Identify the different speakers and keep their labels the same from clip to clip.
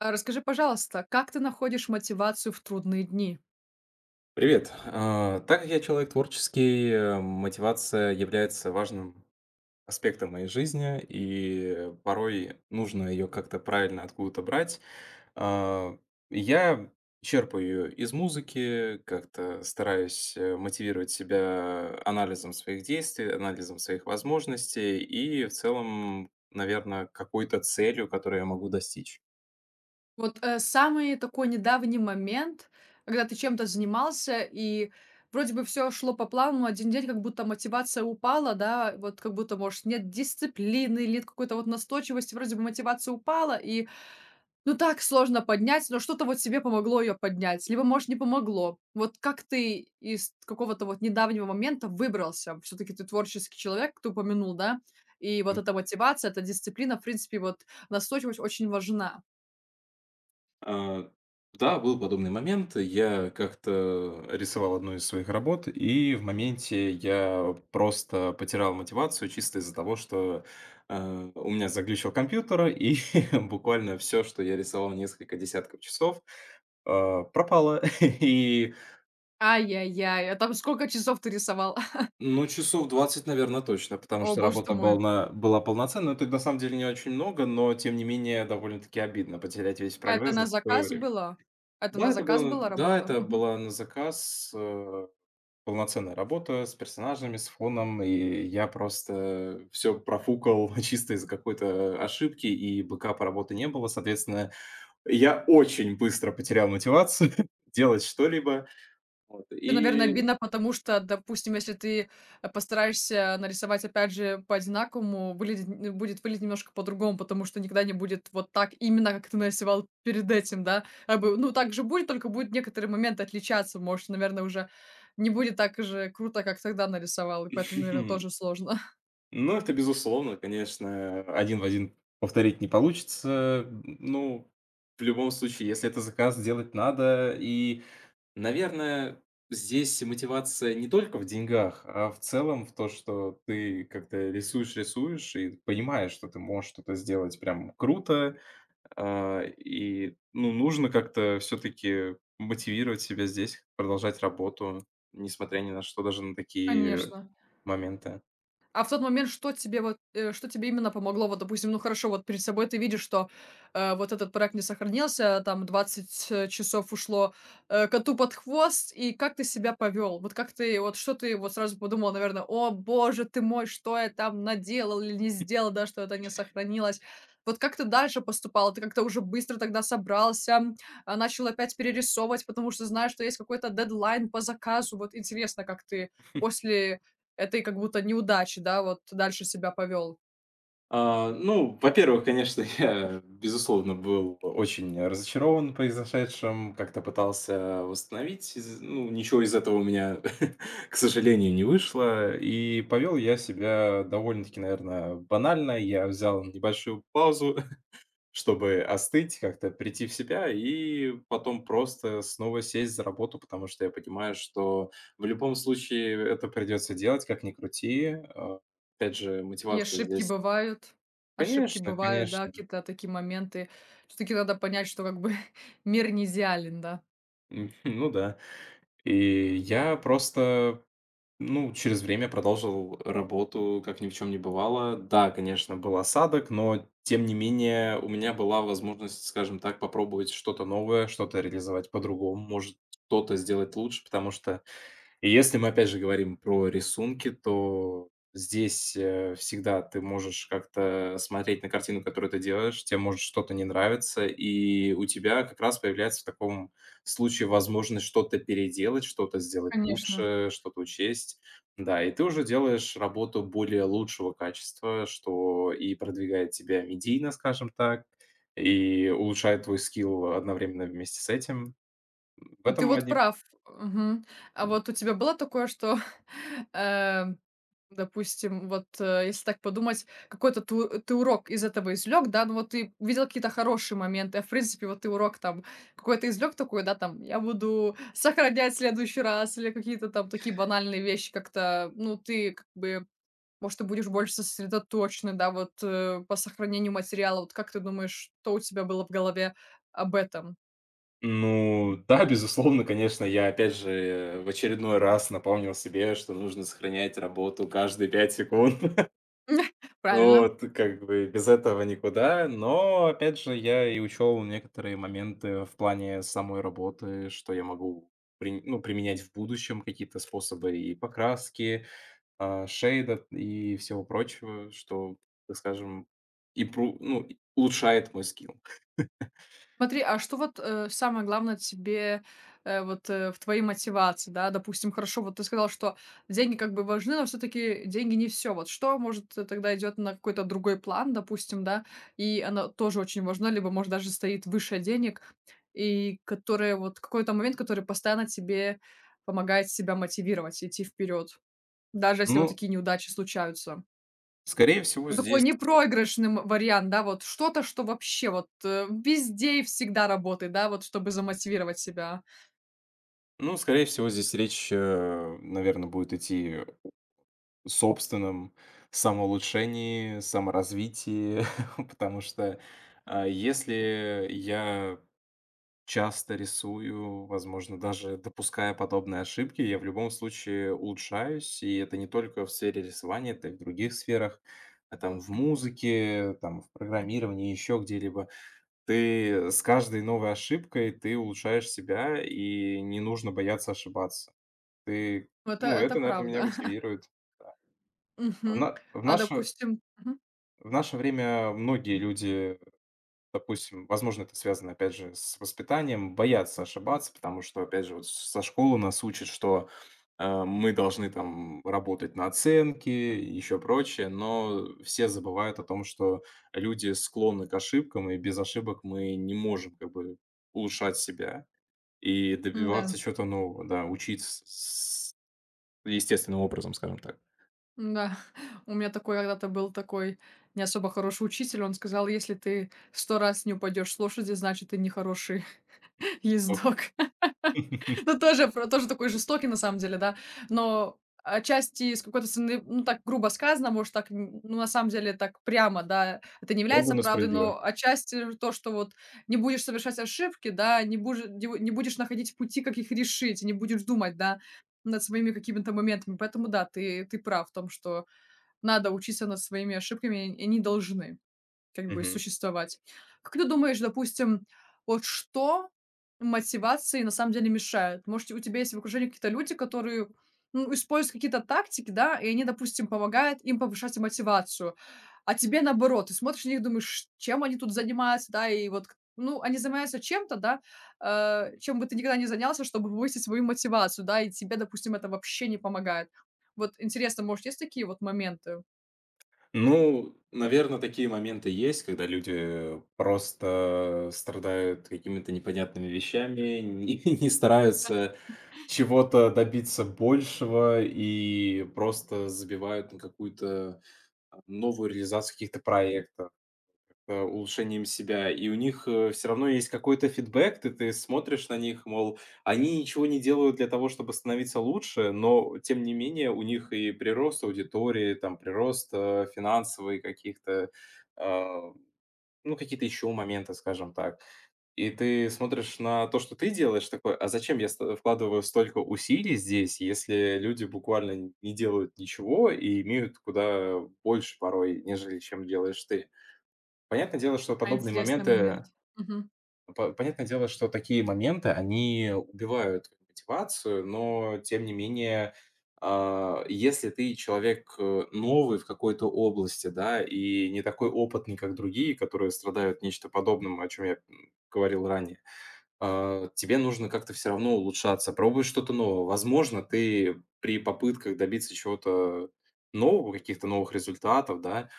Speaker 1: А расскажи, пожалуйста, как ты находишь мотивацию в трудные дни?
Speaker 2: Привет. Так как я человек творческий, мотивация является важным аспектом моей жизни, и порой нужно ее как-то правильно откуда-то брать. А, Я черпаю ее из музыки, как-то стараюсь мотивировать себя анализом своих действий, анализом своих возможностей и в целом, наверное, какой-то целью, которую я могу достичь.
Speaker 1: Вот, самый такой недавний момент, когда ты чем-то занимался и вроде бы все шло по плану, но 1 день как будто мотивация упала, да, вот как будто, может, нет дисциплины или нет какой-то вот настойчивости, вроде бы мотивация упала, и ну, так сложно поднять, но что-то вот себе помогло ее поднять, либо, может, не помогло. Вот как ты из какого-то вот недавнего момента выбрался? Все таки ты творческий человек, ты упомянул, да? И вот эта мотивация, эта дисциплина, в принципе, вот настойчивость очень важна.
Speaker 2: А, да, был подобный момент. Я как-то рисовал одну из своих работ, и в моменте я просто потерял мотивацию чисто из-за того, что, у меня заглючил компьютер, и буквально все, что я рисовал несколько десятков часов, пропало. И,
Speaker 1: Ай-яй-яй, а там сколько часов ты рисовал?
Speaker 2: ну, часов двадцать, наверное, точно, потому
Speaker 1: О
Speaker 2: что
Speaker 1: боже ты
Speaker 2: работа была
Speaker 1: мой.
Speaker 2: на была полноценная. Это на самом деле не очень много, но тем не менее довольно-таки обидно потерять весь
Speaker 1: А это
Speaker 2: прогресс за
Speaker 1: на
Speaker 2: такое
Speaker 1: заказ
Speaker 2: время.
Speaker 1: было? Это на
Speaker 2: Да, это
Speaker 1: заказ
Speaker 2: было
Speaker 1: была
Speaker 2: да,
Speaker 1: работа?
Speaker 2: это была на заказ, полноценная работа с персонажами, с фоном, и я просто все профукал чисто из-за какой-то ошибки, и бэкапа работы не было. Соответственно, я очень быстро потерял мотивацию делать что-либо. Вот,
Speaker 1: Это, наверное,
Speaker 2: и
Speaker 1: обидно, потому что, допустим, если ты, постараешься нарисовать, опять же, по-одинаковому, выглядеть н будет выглядеть немножко по-другому, потому что никогда не будет вот так, именно как ты нарисовал перед этим, да. Как бы, ну, так же будет, только будет некоторые моменты отличаться. Может, наверное, уже не будет так же круто, как тогда нарисовал, и поэтому, наверное, тоже сложно.
Speaker 2: Ну, это, безусловно, конечно, один в один повторить не получится. Ну, в любом случае, если это заказ, делать надо. И наверное, здесь мотивация не только в деньгах, а в целом в то, что ты как-то рисуешь, рисуешь и понимаешь, что ты можешь что-то сделать прям круто. Ну, нужно как-то все-таки мотивировать себя здесь, продолжать работу, несмотря ни на что, даже на такие
Speaker 1: Конечно.
Speaker 2: моменты.
Speaker 1: А в тот момент, что тебе вот, что тебе именно помогло? Вот, допустим, ну хорошо, вот перед собой ты видишь, что вот этот проект не сохранился, там 20 часов ушло коту под хвост, и как ты себя повел? Вот как ты, вот что ты вот сразу подумал, наверное, о боже ты мой, что я там наделал или не сделал, да, что это не сохранилось. Вот как ты дальше поступал? Ты как-то уже быстро тогда собрался, начал опять перерисовывать, потому что знаешь, что есть какой-то дедлайн по заказу. Вот интересно, как ты после этой как будто неудачи, да, вот дальше себя повел.
Speaker 2: Ну, во-первых, конечно, я, безусловно, был очень разочарован произошедшим, как-то пытался восстановить, ничего из этого у меня, к сожалению, не вышло, и повел я себя довольно-таки, наверное, банально, я взял небольшую паузу, чтобы остыть, как-то прийти в себя и потом просто снова сесть за работу, потому что я понимаю, что в любом случае это придется делать, как ни крути. Опять же,
Speaker 1: И
Speaker 2: мотивация
Speaker 1: ошибки
Speaker 2: здесь.
Speaker 1: бывают, ошибки
Speaker 2: Конечно,
Speaker 1: бывают, да,
Speaker 2: конечно.
Speaker 1: какие-то такие моменты. Всё-таки надо понять, что как бы мир не идеален, да.
Speaker 2: М, ну да. И я просто, ну, через время продолжил работу, как ни в чем не бывало. Да, конечно, был осадок, но тем не менее у меня была возможность, скажем так, попробовать что-то новое, что-то реализовать по-другому, может, что-то сделать лучше. Потому что И если мы опять же говорим про рисунки, то здесь, всегда ты можешь как-то смотреть на картину, которую ты делаешь, тебе может что-то не нравиться, и у тебя как раз появляется в таком случае возможность что-то переделать, что-то сделать
Speaker 1: Конечно.
Speaker 2: лучше, что-то учесть. Да, и ты уже делаешь работу более лучшего качества, что и продвигает тебя медийно, скажем так, и улучшает твой скилл одновременно вместе с этим. В
Speaker 1: Ну, ты
Speaker 2: этом
Speaker 1: вот
Speaker 2: одни
Speaker 1: прав. Мгм. А вот у тебя было такое, что, э, допустим, вот, если так подумать, какой-то ты урок из этого извлек, да? Ну, вот ты видел какие-то хорошие моменты, а в принципе, вот ты урок там какой-то извлек такой, да, там: «Я буду сохранять в следующий раз», или какие-то там такие банальные вещи как-то, ну, ты как бы, может, ты будешь больше сосредоточен, да, вот, по сохранению материала. Вот как ты думаешь, что у тебя было в голове об этом?
Speaker 2: Ну да, безусловно, конечно, я опять же в очередной раз напомнил себе, что нужно сохранять работу каждые 5 секунд.
Speaker 1: Правильно.
Speaker 2: Вот, как бы без этого никуда. Но опять же, я и учел некоторые моменты в плане самой работы, что я могу применять в будущем какие-то способы и покраски, шейда и всего прочего, что, так скажем, и улучшает мой скилл.
Speaker 1: Смотри, а что вот, самое главное тебе, вот, в твоей мотивации, да? Допустим, хорошо, вот ты сказал, что деньги как бы важны, но все-таки деньги не все. Вот что, может, тогда идет на какой-то другой план, допустим, да, и оно тоже очень важно, либо, может, даже стоит выше денег, и которое вот какой-то момент, который постоянно тебе помогает себя мотивировать, идти вперед, даже если
Speaker 2: Ну,
Speaker 1: вот такие неудачи случаются?
Speaker 2: скорее всего,
Speaker 1: Ну, такой
Speaker 2: здесь
Speaker 1: непроигрышным вариант, да, вот что-то, что вообще вот, везде и всегда работает, да, вот чтобы замотивировать себя.
Speaker 2: Ну, скорее всего, здесь речь, наверное, будет идти о собственном самоулучшении, саморазвитии, потому что, если я часто рисую, возможно, даже допуская подобные ошибки, я в любом случае улучшаюсь. И это не только в сфере рисования, это и в других сферах, там в музыке, там в программировании, еще где-либо. Ты с каждой новой ошибкой ты улучшаешь себя, и не нужно бояться ошибаться. Ты
Speaker 1: Ну, Это
Speaker 2: ну,
Speaker 1: это
Speaker 2: это, наверное, меня
Speaker 1: правда.
Speaker 2: мотивирует. В на
Speaker 1: Мгм.
Speaker 2: в
Speaker 1: А
Speaker 2: наше
Speaker 1: допустим, мгм.
Speaker 2: в наше время многие люди, допустим, возможно, это связано, опять же, с воспитанием, боятся ошибаться, потому что, опять же, вот со школы нас учат, что, мы должны там работать на оценки и еще прочее, но все забывают о том, что люди склонны к ошибкам, и без ошибок мы не можем как бы улучшать себя и
Speaker 1: Да,
Speaker 2: добиваться чего-то нового, да, учиться с естественным образом, скажем
Speaker 1: да. У меня такой когда-то был такой не особо хороший учитель. Он сказал: «Если ты 100 раз не упадешь с лошади, значит, ты не хороший
Speaker 2: так.
Speaker 1: ездок». Ну, тоже такой жестокий, на самом деле, да. Но отчасти с какой-то стороны, ну, так грубо сказано, может, так, н ну, на самом деле, так прямо, да, это не является
Speaker 2: Ругано
Speaker 1: правдой,
Speaker 2: справедливо.
Speaker 1: но отчасти то, что вот не будешь совершать ошибки, да, не будешь находить пути, как их решить, не будешь думать, да, над своими какими-то моментами. Поэтому да, ты прав в том, что надо учиться над своими ошибками, и они должны. Как бы
Speaker 2: Мгм.
Speaker 1: существовать. Как ты думаешь, допустим, вот что мотивации на самом деле мешает? Может, у тебя есть в окружении какие-то люди, которые, ну, используют какие-то тактики, да, и они, допустим, помогают им повышать мотивацию, а тебе наоборот. Ты смотришь на них, думаешь, чем они тут занимаются, да, и вот, к ну, они занимаются чем-то, да, чем бы ты никогда не занялся, чтобы повысить свою мотивацию, да, и тебе, допустим, это вообще не помогает. Вот интересно, может, есть такие вот моменты?
Speaker 2: Ну, наверное, такие моменты есть, когда люди просто страдают какими-то непонятными вещами, не стараются чего-то добиться большего и просто забивают на какую-то новую реализацию каких-то проектов. Улучшением себя, и у них, все равно есть какой-то фидбэк. Ты смотришь на них, мол, они ничего не делают для того, чтобы становиться лучше, но тем не менее у них и прирост аудитории, там прирост, финансовый каких-то, э, ну, какие-то еще моменты, скажем так. И ты смотришь на то, что ты делаешь, такой: "А зачем я ст вкладываю столько усилий здесь, если люди буквально не делают ничего и имеют куда больше порой, нежели чем делаешь ты?" Понятное дело, что подобные
Speaker 1: Интересный момент.
Speaker 2: моменты понятное дело, что такие моменты, они убивают мотивацию, но тем не менее, если ты человек, новый в какой-то области, да, и не такой опытный, как другие, которые страдают нечто подобным, о чем я, говорил ранее, тебе нужно как-то все равно улучшаться, пробовать что-то новое. Возможно, ты при попытках добиться чего-то нового, каких-то новых результатов, да,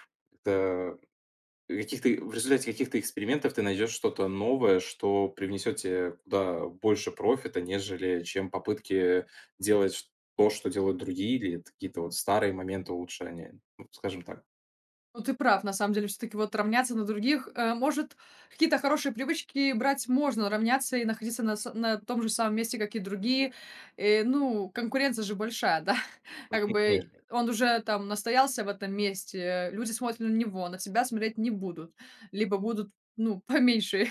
Speaker 2: Каких-то в результате каких-то экспериментов ты найдешь что-то новое, что привнесет тебе куда больше профита, нежели чем попытки делать ш то, что делают другие, или это какие-то вот старые моменты улучшения, ну, скажем так.
Speaker 1: Ну, ты прав, на самом деле, все таки вот равняться на других, может, какие-то хорошие привычки брать можно, равняться и находиться на том же самом месте, как и другие. Ну, конкуренция же большая, да,
Speaker 2: Ну,
Speaker 1: как бы
Speaker 2: конечно.
Speaker 1: он уже там настоялся в этом месте, люди смотрят на него, на тебя смотреть не будут, либо будут, ну, поменьше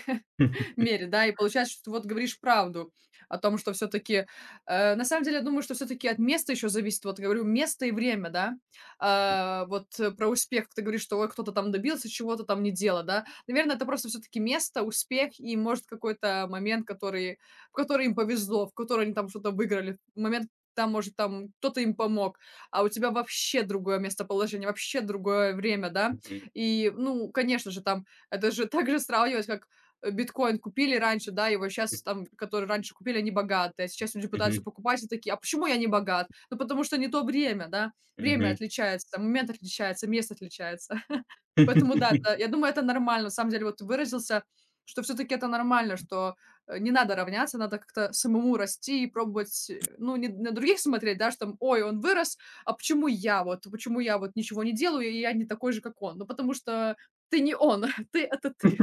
Speaker 1: мере, да, и получается, что ты вот говоришь правду о том, что все таки на самом деле, я думаю, что все таки от места еще зависит. Вот говорю, место и время, да. Вот про успех ты говоришь, что ой, кто-то там добился чего-то, там не дело, да. Наверное, это просто все таки место, успех и, может, какой-то момент, который в который им повезло, в который они там что-то выиграли, момент, там, может, там кто-то им помог, а у тебя вообще другое местоположение, вообще другое время, да.
Speaker 2: Мгм.
Speaker 1: И, ну, конечно же, там это же так же сравнивать, как биткоин купили раньше, да, его сейчас там, которые раньше купили, они богатые, а сейчас люди пытаются
Speaker 2: Мгм.
Speaker 1: покупать и такие, а почему я не богат? Ну, потому что не то время, да, время
Speaker 2: Мгм.
Speaker 1: отличается, момент отличается, место отличается. Поэтому, да, это — я думаю, это нормально, на самом деле, вот ты выразился, что все-таки это нормально, что не надо равняться, надо как-то самому расти и пробовать, ну, не на других смотреть, да, что там, ой, он вырос, а почему я вот ничего не делаю, и я не такой же, как он? Ну, потому что ты не он, ты — это ты.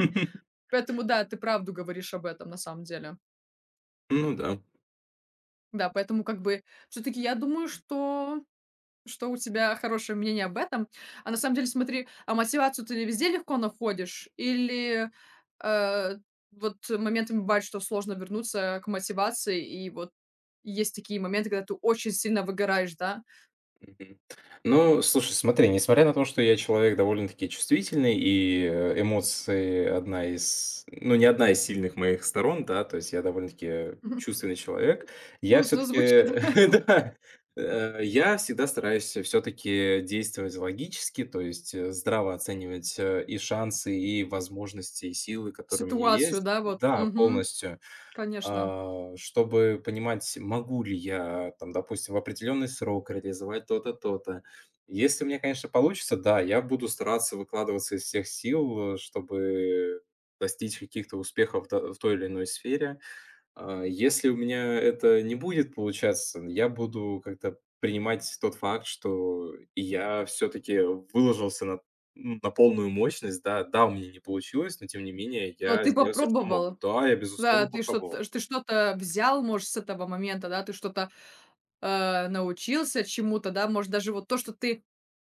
Speaker 1: Поэтому да, ты правду говоришь об этом на самом деле.
Speaker 2: Ну да.
Speaker 1: Да, поэтому как бы все таки я думаю, что у тебя хорошее мнение об этом. А на самом деле смотри, а мотивацию ты везде легко находишь или, э, вот моментами бывает, что сложно вернуться к мотивации, и вот есть такие моменты, когда ты очень сильно выгораешь, да?
Speaker 2: Мгм. Ну, слушай, смотри, несмотря на то, что я человек довольно-таки чувствительный, и эмоции одна из, ну, не одна из сильных моих сторон, да, то есть я довольно-таки чувственный человек, я
Speaker 1: Грустно
Speaker 2: все-таки,
Speaker 1: звучит.
Speaker 2: да, я всегда стараюсь все-таки действовать логически, то есть здраво оценивать и шансы, и возможности, и силы, которые у меня
Speaker 1: Ситуацию,
Speaker 2: есть.
Speaker 1: да, вот.
Speaker 2: Да,
Speaker 1: Мгм.
Speaker 2: полностью.
Speaker 1: Конечно.
Speaker 2: Чтобы понимать, могу ли я, там, допустим, в определенный срок реализовать то-то, то-то. Если у меня, конечно, получится, да, я буду стараться выкладываться из всех сил, чтобы достичь каких-то успехов в той или иной сфере. Если у меня это не будет получаться, я буду как-то принимать тот факт, что и я все-таки выложился на полную мощность, да, да, у меня не получилось, но тем не менее
Speaker 1: Но
Speaker 2: я
Speaker 1: ты
Speaker 2: сделал все, что мог.
Speaker 1: попробовал.
Speaker 2: Да, я,
Speaker 1: Да,
Speaker 2: безусловно,
Speaker 1: ты
Speaker 2: попробовал.
Speaker 1: что-то ты что-то взял, может, с этого момента, да? Ты что-то научился чему-то, да, может, даже вот то, что ты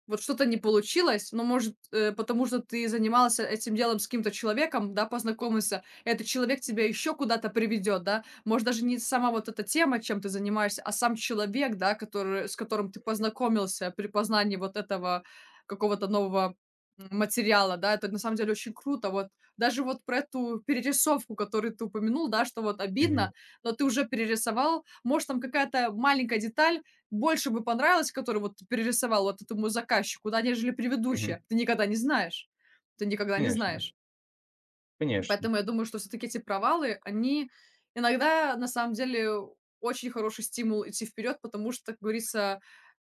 Speaker 1: вот что-то не получилось, но, может, потому что ты занимался этим делом с каким-то человеком, да, познакомился. Этот человек тебя еще куда-то приведет, да. Может, даже не сама вот эта тема, чем ты занимаешься, а сам человек, да, который, с которым ты познакомился при познании вот этого какого-то нового материала, да, это на самом деле очень круто. Вот даже вот про эту перерисовку, которую ты упомянул, да, что вот
Speaker 2: Мгм,
Speaker 1: обидно, но ты уже перерисовал, может, там какая-то маленькая деталь, больше бы понравилось, который вот ты перерисовал вот этому заказчику, да, нежели
Speaker 2: мгм.
Speaker 1: предыдущая. Ты никогда не знаешь. Ты никогда не
Speaker 2: Конечно,
Speaker 1: знаешь.
Speaker 2: конечно.
Speaker 1: Поэтому я думаю, что все таки эти провалы, они иногда на самом деле очень хороший стимул идти вперед, потому что, как говорится,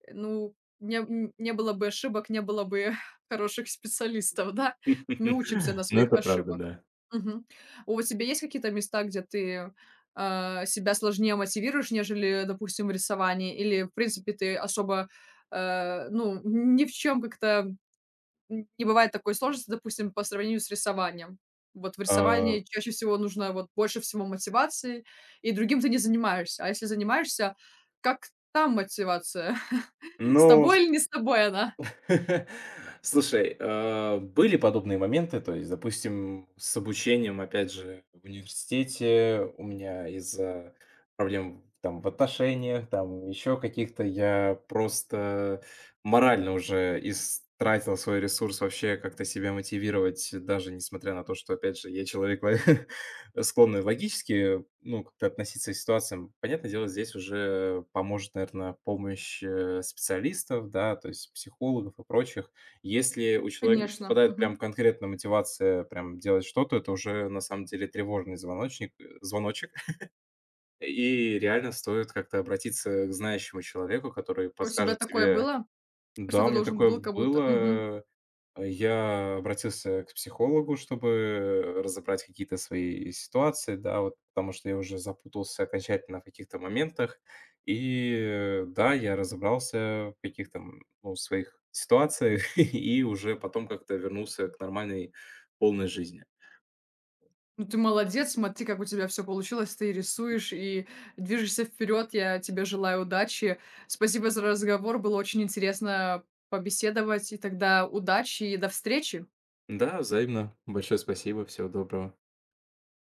Speaker 1: ну, не было бы ошибок, не было бы хороших специалистов, да. Мы учимся на
Speaker 2: Ну,
Speaker 1: своих
Speaker 2: это правда,
Speaker 1: ошибок.
Speaker 2: да.
Speaker 1: Мгм. У тебя есть какие-то места, где ты, себя сложнее мотивируешь, нежели, допустим, в рисовании? Или, в принципе, ты особо, ну, ни в чем как-то Н не бывает такой сложности, допустим, по сравнению с рисованием. Вот в
Speaker 2: А,
Speaker 1: рисовании чаще всего нужно вот больше всего мотивации, и другим ты не занимаешься. А если занимаешься, как там мотивация? С
Speaker 2: ну,
Speaker 1: тобой или не с тобой она?
Speaker 2: слушай, были подобные моменты. То есть, допустим, с обучением, опять же, в университете у меня из-за проблем там в отношениях, там еще каких-то, я просто морально уже истратил свой ресурс вообще как-то себя мотивировать, даже несмотря на то, что, опять же, я человек склонны логически, ну, как-то относиться к ситуациям. Понятное дело, здесь уже поможет, наверное, помощь специалистов, да, то есть психологов и прочих. Если у человека
Speaker 1: Конечно,
Speaker 2: пропадает прям
Speaker 1: мгм.
Speaker 2: конкретная мотивация прям делать что-то, это уже на самом деле тревожный звоночек. И реально стоит как-то обратиться к знающему человеку, который
Speaker 1: У тебя
Speaker 2: подскажет
Speaker 1: такое
Speaker 2: тебе,
Speaker 1: было, что
Speaker 2: да, у
Speaker 1: ты
Speaker 2: меня
Speaker 1: должен
Speaker 2: такое
Speaker 1: был кому-то мгм.
Speaker 2: было, я обратился к психологу, чтобы разобрать какие-то свои ситуации, да, вот, потому что я уже запутался окончательно в каких-то моментах. И да, я разобрался в каких-то ну, своих ситуациях и уже потом как-то вернулся к нормальной полной жизни.
Speaker 1: Ну, ты молодец, смотри, как у тебя все получилось, ты рисуешь и движешься вперед. Я тебе желаю удачи. Спасибо за разговор, было очень интересно побеседовать. И тогда удачи и до встречи!
Speaker 2: Да, взаимно. Большое спасибо. Всего доброго.